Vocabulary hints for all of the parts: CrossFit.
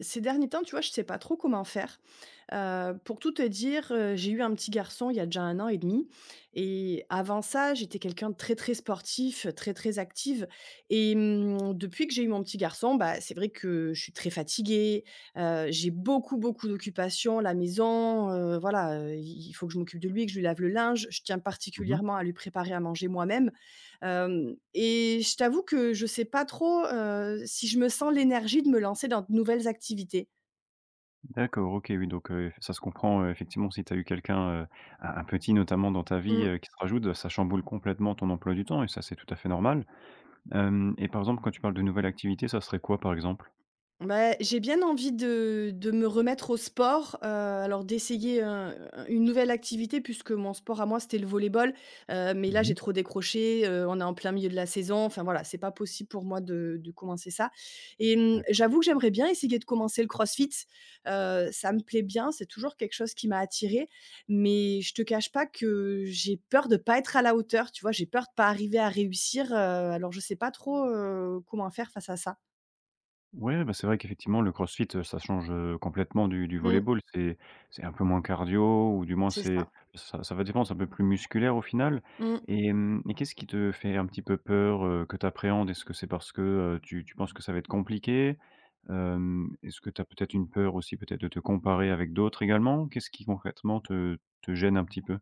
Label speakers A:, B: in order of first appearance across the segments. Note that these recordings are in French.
A: Ces derniers temps, tu vois, je sais pas trop comment faire. Pour tout te dire, j'ai eu un petit garçon il y a déjà un an et demi et avant ça, j'étais quelqu'un de très, très sportif, très, très active et mmh, depuis que j'ai eu mon petit garçon, bah, c'est vrai que je suis très fatiguée, j'ai beaucoup, beaucoup d'occupations, la maison, voilà, il faut que je m'occupe de lui, que je lui lave le linge. Je tiens
B: Mmh.
A: particulièrement à lui préparer à manger moi-même. Hem et je t'avoue que je sais pas trop, si je me sens l'énergie de me lancer dans de nouvelles activités.
B: D'accord, OK, oui, donc ça se comprend, effectivement, si tu as eu quelqu'un, un petit notamment dans ta vie, qui se rajoute, ça chamboule complètement ton emploi du temps et ça, c'est tout à fait normal. Hem Et par exemple, quand tu parles de nouvelles activités, ça serait quoi, par exemple?
A: Bah, j'ai bien envie de me remettre au sport, alors d'essayer, une nouvelle activité puisque mon sport à moi, c'était le volley-ball, mais là,
B: Mmh.
A: j'ai trop décroché, on est en plein milieu de la saison, enfin voilà, c'est pas possible pour moi de commencer ça et mmh,
B: D'accord.
A: j'avoue que j'aimerais bien essayer de commencer le crossfit, ça me plaît bien, c'est toujours quelque chose qui m'a attirée mais je te cache pas que j'ai peur de pas être à la hauteur, tu vois? J'ai peur de pas arriver à réussir, alors je sais pas trop, comment faire face à ça.
B: Ouais, bah, c'est vrai qu'effectivement, le CrossFit, ça change, complètement du
A: Mmh,
B: volley-ball. C'est un peu moins cardio ou du moins
A: c'est
B: c'est
A: ça.
B: ça ça va dépendre, c'est un peu plus musculaire au final
A: Mmh.
B: et hem et qu'est-ce qui te fait un petit peu peur, que tu appréhendes? Est-ce que c'est parce que, tu penses que ça va être compliqué? Est-ce que tu as peut-être une peur aussi, peut-être de te comparer avec d'autres également? Qu'est-ce qui concrètement te gêne un petit peu?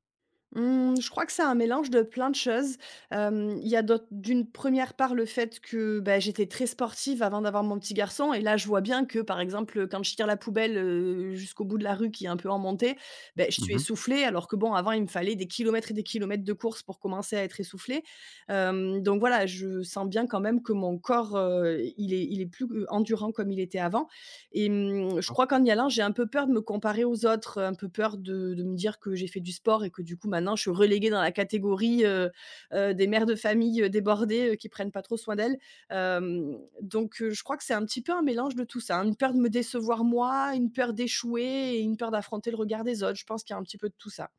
A: Mmh, je crois que c'est un mélange de plein de choses. Il y a d'autres d'une première part le fait que, bah, j'étais très sportive avant d'avoir mon petit garçon et là je vois bien que, par exemple, quand je tire la poubelle, jusqu'au bout de la rue qui est un peu en montée, beh, je suis
B: Mmh.
A: essoufflée alors que bon avant il me fallait des kilomètres et des kilomètres de course pour commencer à être essoufflée. Donc voilà, je sens bien quand même que mon corps, il est plus, endurant comme il était avant. Et mmh, je
B: D'accord.
A: crois qu'en y allant, j'ai un peu peur de me comparer aux autres, un peu peur de me dire que j'ai fait du sport et que du coup maintenant je suis reléguée dans la catégorie, des mères de famille, débordées, qui prennent pas trop soin d'elles. Donc je crois que c'est un petit peu un mélange de tout ça, hein, une peur de me décevoir moi, une peur d'échouer et une peur d'affronter le regard des autres. Je pense qu'il y a un petit peu de tout ça.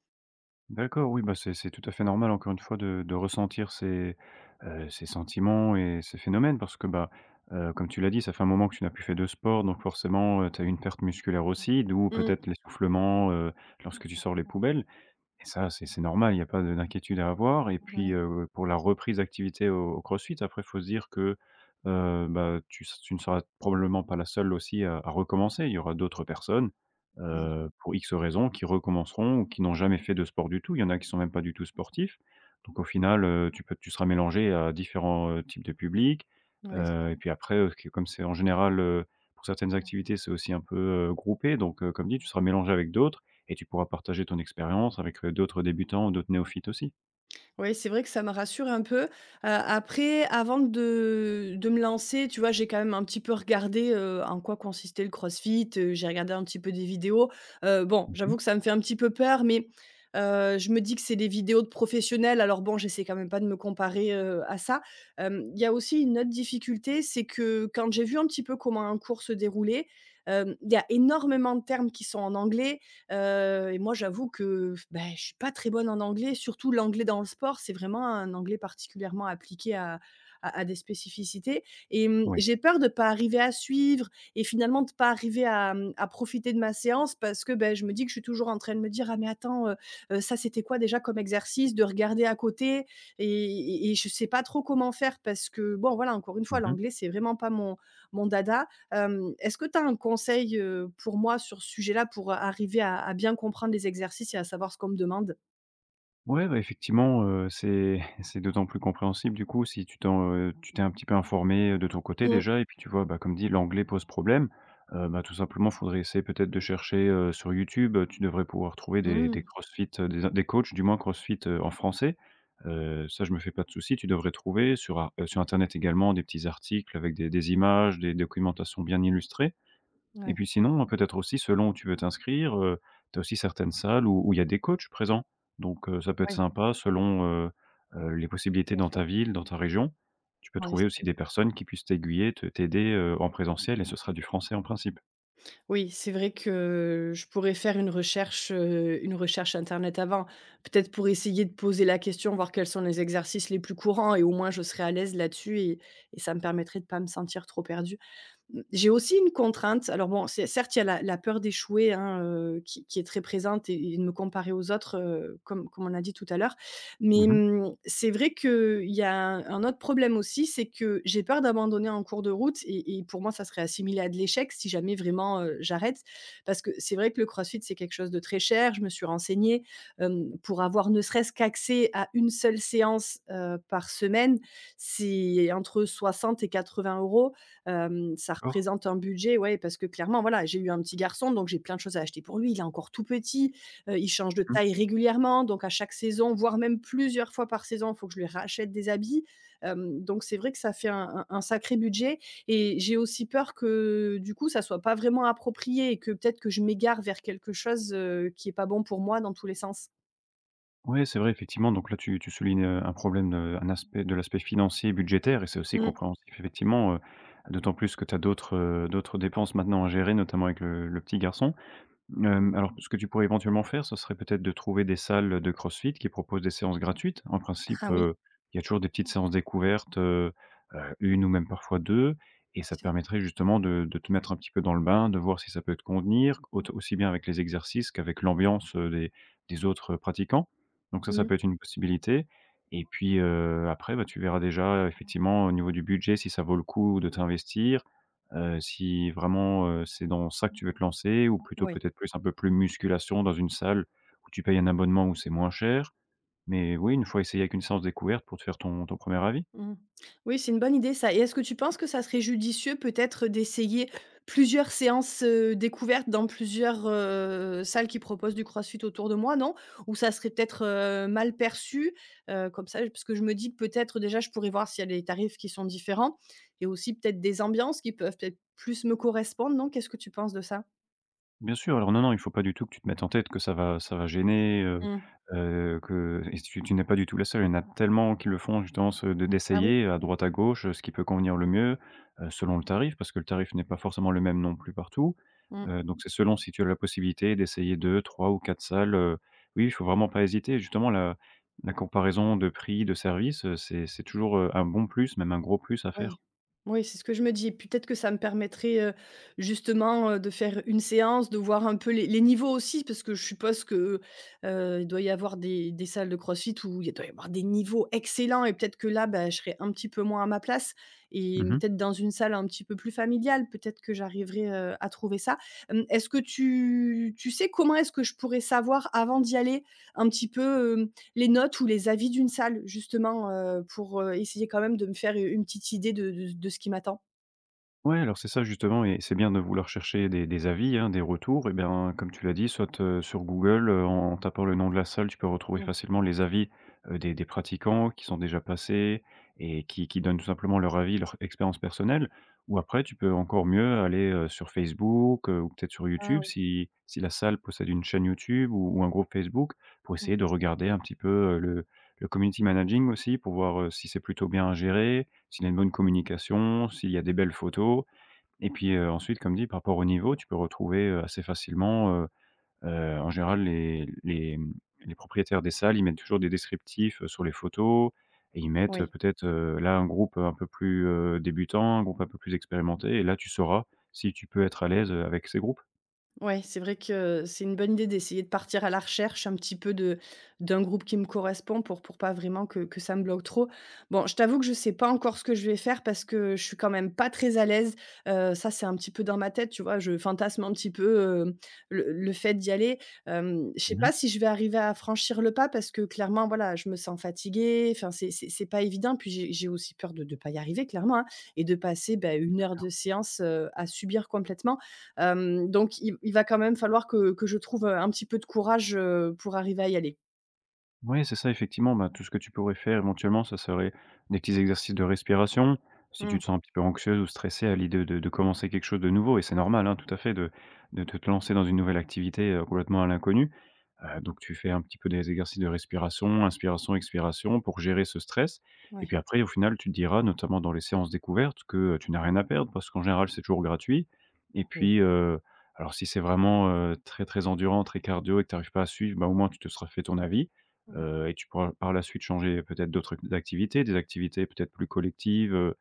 B: D'accord, oui, bah, c'est tout à fait normal encore une fois de ressentir ces, ces sentiments et ces phénomènes parce que, bah, comme tu l'as dit, ça fait un moment que tu n'as plus fait de sport donc forcément, tu as eu une perte musculaire aussi, d'où
A: Mmh.
B: peut-être l'essoufflement, lorsque tu sors les poubelles. Et ça, c'est normal, il n'y a pas de d'inquiétude à avoir et puis,
A: Ouais,
B: pour la reprise d'activité au CrossFit, après, il faut se dire que, bah, tu ne seras probablement pas la seule aussi à recommencer. Il y aura d'autres personnes,
A: ouais,
B: pour X raisons, qui recommenceront ou qui n'ont jamais fait de sport du tout. Il y en a qui sont même pas du tout sportifs. Donc au final, tu seras mélangé à différents, types de publics,
A: ouais.
B: et puis après, que comme c'est en général, pour certaines activités, c'est aussi un peu, groupé donc comme dit, tu seras mélangé avec d'autres. Et tu pourras partager ton expérience avec, d'autres débutants ou d'autres néophytes aussi.
A: Oui, c'est vrai que ça me rassure un peu. Après, avant de me lancer, tu vois, j'ai quand même un petit peu regardé, en quoi consistait le CrossFit, j'ai regardé un petit peu des vidéos. Bon,
B: Mmh.
A: j'avoue que ça me fait un petit peu peur, mais, je me dis que c'est des vidéos de professionnels, alors bon, j'essaie quand même pas de me comparer, à ça. Il y a aussi une autre difficulté, c'est que quand j'ai vu un petit peu comment un cours se déroulait, il y a énormément de termes qui sont en anglais. Et moi, j'avoue que, bah, je suis pas très bonne en anglais, surtout l'anglais dans le sport, c'est vraiment un anglais particulièrement appliqué à des spécificités et mmh,
B: Oui.
A: j'ai peur de ne pas arriver à suivre et finalement de pas arriver à, mmh, à profiter de ma séance parce que, beh, je me dis que je suis toujours en train de me dire: «Ah mais attends, ça c'était quoi déjà comme exercice?» de regarder à côté et et je sais pas trop comment faire parce que bon, voilà, encore une fois,
B: Mmh.
A: l'anglais, c'est vraiment pas mon dada. Est-ce que tu as un conseil, pour moi sur ce sujet-là, pour arriver à bien comprendre les exercices et à savoir ce qu'on me demande?
B: Ouais, bah, effectivement, c'est c'est d'autant plus compréhensible du coup si tu t'es un petit peu informé, de ton côté
A: Mmh,
B: déjà et puis tu vois, bah, comme dit l'anglais pose problème, bah, tout simplement faudrait essayer peut-être de chercher, sur YouTube, tu devrais pouvoir trouver des
A: mmh.
B: crossfit, des coachs du moins crossfit, en français. Ça je me fais pas de souci, tu devrais trouver sur internet également des petits articles avec des images, des documentations bien illustrées. Et
A: Ouais,
B: puis sinon, hein, peut-être aussi selon où tu veux t'inscrire, tu as aussi certaines salles où il y a des coachs présents. Donc, ça peut être
A: ouais,
B: sympa selon, les possibilités
A: bien
B: dans
A: sûr.
B: ta ville, dans ta région. Tu peux
A: Ouais,
B: trouver
A: c'est
B: aussi
A: vrai.
B: des personnes qui puissent t'aiguiller, te t'aider, en présentiel et ce sera du français en principe.
A: Oui, c'est vrai que je pourrais faire une recherche internet avant. Peut-être pour essayer de poser la question, voir quels sont les exercices les plus courants et au moins je serais à l'aise là-dessus et ça me permettrait de pas me sentir trop perdue. J'ai aussi une contrainte. Alors bon, c'est certes, il y a la peur d'échouer, hein, qui est très présente et de me comparer aux autres, comme on a dit tout à l'heure. Mais,
B: Mmh.
A: mmh, c'est vrai qu'il y a un autre problème aussi, c'est que j'ai peur d'abandonner en cours de route et pour moi, ça serait assimilé à de l'échec si jamais vraiment, j'arrête. Parce que c'est vrai que le crossfit, c'est quelque chose de très cher. Je me suis renseignée, pour avoir ne serait-ce qu'accès à une seule séance, par semaine, c'est entre 60 et 80 euros. Ça
B: D'accord.
A: représente un budget, ouais, parce que clairement, voilà, j'ai eu un petit garçon, donc j'ai plein de choses à acheter pour lui. Il est encore tout petit, il change de
B: Oui,
A: taille régulièrement, donc à chaque saison, voire même plusieurs fois par saison, il faut que je lui rachète des habits. Donc c'est vrai que ça fait un sacré budget et j'ai aussi peur que, du coup, ça soit pas vraiment approprié et que peut-être que je m'égare vers quelque chose, qui est pas bon pour moi dans tous les sens.
B: c'est vrai effectivement, donc là tu soulignes, un problème, un aspect de l'aspect financier, et budgétaire et c'est aussi
A: Mmh.
B: compréhensif effectivement, d'autant plus que tu as d'autres, d'autres dépenses maintenant à gérer, notamment avec le petit garçon. Alors ce que tu pourrais éventuellement faire, ce serait peut-être de trouver des salles de CrossFit qui proposent des séances gratuites. En principe,
A: Ah oui,
B: il y a toujours des petites séances découvertes, 1 ou même parfois 2, et ça te
A: c'est
B: permettrait justement de te mettre un petit peu dans le bain, de voir si ça peut te convenir, aut aussi bien avec les exercices qu'avec l'ambiance, des autres pratiquants. Donc ça
A: Mmh,
B: peut être une possibilité et puis, après, bah, tu verras déjà effectivement au niveau du budget si ça vaut le coup de t'investir. Si vraiment, c'est dans ça que tu veux te lancer ou plutôt
A: oui.
B: peut-être plus un peu plus musculation dans une salle où tu payes un abonnement où c'est moins cher. Mais oui, une fois essayé avec une séance découverte pour te faire ton premier avis.
A: Mmh. Oui, c'est une bonne idée ça et est-ce que tu penses que ça serait judicieux peut-être d'essayer plusieurs séances, découvertes dans plusieurs, salles qui proposent du crossfit autour de moi, non? Ou ça serait peut-être, mal perçu? Comme ça parce que je me dis que peut-être déjà je pourrais voir s'il y a des tarifs qui sont différents et aussi peut-être des ambiances qui peuvent peut-être plus me correspondre, non? Qu'est-ce que tu penses de ça?
B: Bien sûr, alors non, non, il faut pas du tout que tu te mettes en tête que ça va gêner,
A: Mmh.
B: que et si tu n'es pas du tout la seule. Il y en a tellement qui le font justement ce de
A: Ah oui?
B: d'essayer à droite à gauche, ce qui peut convenir le mieux, selon le tarif, parce que le tarif n'est pas forcément le même non plus partout.
A: Mmh.
B: Donc c'est selon si tu as la possibilité d'essayer deux, trois ou 4 salles, oui, il faut vraiment pas hésiter. Justement la comparaison de prix, de service, c'est toujours, un bon plus, même un gros plus à faire.
A: Oui. Oui, c'est ce que je me dis et peut-être que ça me permettrait, justement, de faire une séance, de voir un peu les niveaux aussi parce que je suppose que, il doit y avoir des salles de CrossFit où il doit y avoir des niveaux excellents et peut-être que là, bah, je serais un petit peu moins à ma place et
B: Mmh.
A: peut-être dans une salle un petit peu plus familiale, peut-être que j'arriverai, à trouver ça. Est-ce que tu sais comment est-ce que je pourrais savoir avant d'y aller un petit peu, les notes ou les avis d'une salle justement, pour, essayer quand même de me faire une petite idée de ce qui m'attend.
B: Ouais, alors c'est ça justement et c'est bien de vouloir chercher des avis, hein, des retours et bien, comme tu l'as dit, soit, sur Google, en tapant le nom de la salle, tu peux retrouver
A: Mmh.
B: facilement les avis, des pratiquants qui sont déjà passés et qui donnent tout simplement leur avis, leur expérience personnelle ou après tu peux encore mieux aller, sur Facebook, ou peut-être sur
A: Ah
B: YouTube
A: oui.
B: si la salle possède une chaîne YouTube ou un groupe Facebook pour
A: Mmh.
B: essayer de regarder un petit peu, le community managing aussi pour voir, si c'est plutôt bien géré, s'il y a une bonne communication, s'il y a des belles photos et puis, ensuite comme dit par rapport au niveau, tu peux retrouver, assez facilement, en général les propriétaires des salles, ils mettent toujours des descriptifs, sur les photos et ils mettent,
A: Oui.
B: peut-être, là un groupe, un peu plus, débutant, un groupe un peu plus expérimenté et là tu sauras si tu peux être à l'aise, avec ces groupes.
A: Ouais, c'est vrai que c'est une bonne idée d'essayer de partir à la recherche un petit peu de d'un groupe qui me correspond pour pas vraiment que ça me bloque trop. Bon, je t'avoue que je sais pas encore ce que je vais faire parce que je suis quand même pas très à l'aise, ça, c'est un petit peu dans ma tête, tu vois? Je fantasme un petit peu, le fait d'y aller. Je sais
B: Mmh.
A: pas si je vais arriver à franchir le pas parce que clairement, voilà, je me sens fatiguée, enfin, c'est pas évident. Puis j'ai aussi peur de pas y arriver clairement, hein, et de passer, bah, 1 heure de séance, à subir complètement. Donc il va quand même falloir que je trouve, un petit peu de courage, pour arriver à y aller.
B: Oui, c'est ça, effectivement, ben, tout ce que tu pourrais faire éventuellement, ça serait des petits exercices de respiration. Si tu
A: Mmh,
B: te sens un petit peu anxieuse ou stressée à l'idée de commencer quelque chose de nouveau et c'est normal, hein, tout à fait de te lancer dans une nouvelle activité, complètement à l'inconnu. Donc tu fais un petit peu des exercices de respiration, inspiration, expiration pour gérer ce stress et
A: ouais.
B: puis après au final tu te diras notamment dans les séances découvertes que, tu n'as rien à perdre parce qu'en général c'est toujours gratuit et
A: Oui.
B: puis, alors si c'est vraiment, très, très endurant, très cardio et que tu arrives pas à suivre, bah, au moins tu te seras fait ton avis,
A: Mmh,
B: et tu pourras par la suite changer peut-être d'autres activités, des activités peut-être plus collectives,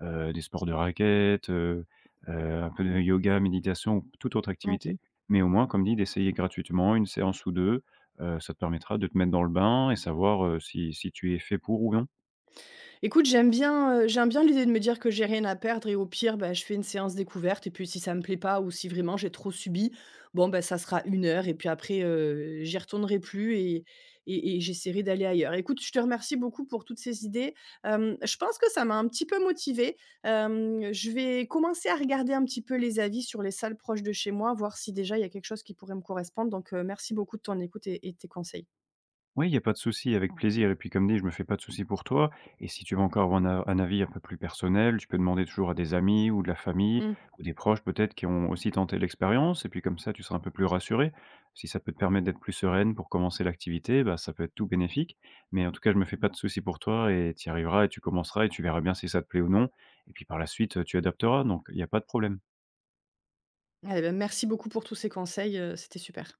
B: des sports de raquettes, un peu de yoga, méditation ou toute autre
A: OK.
B: activité. Mais au moins, comme dit, d'essayer gratuitement une séance ou 2. Ça te permettra de te mettre dans le bain et savoir, si tu es fait pour ou non.
A: Écoute, j'aime bien l'idée de me dire que j'ai rien à perdre et au pire, bah, je fais une séance découverte et puis si ça me plaît pas ou si vraiment j'ai trop subi, bon, bah, ça sera une heure et puis après, j'y retournerai plus et et j'essaierai d'aller ailleurs. Écoute, je te remercie beaucoup pour toutes ces idées. Je pense que ça m'a un petit peu motivée. Je vais commencer à regarder un petit peu les avis sur les salles proches de chez moi, voir si déjà il y a quelque chose qui pourrait me correspondre donc merci beaucoup de ton écoute et de tes conseils.
B: Oui, il y a pas de souci, avec plaisir et puis comme dit, je me fais pas de souci pour toi et si tu veux encore avoir un avis un peu plus personnel, tu peux demander toujours à des amis ou de la famille
A: Mmh.
B: ou des proches peut-être qui ont aussi tenté l'expérience et puis comme ça, tu seras un peu plus rassuré. Si ça peut te permettre d'être plus sereine pour commencer l'activité, bah, ça peut être tout bénéfique mais en tout cas, je me fais pas de souci pour toi et tu y arriveras et tu commenceras et tu verras bien si ça te plaît ou non et puis par la suite, tu adapteras donc il y a pas de problème.
A: Eh bah, merci beaucoup pour tous ces conseils, c'était super.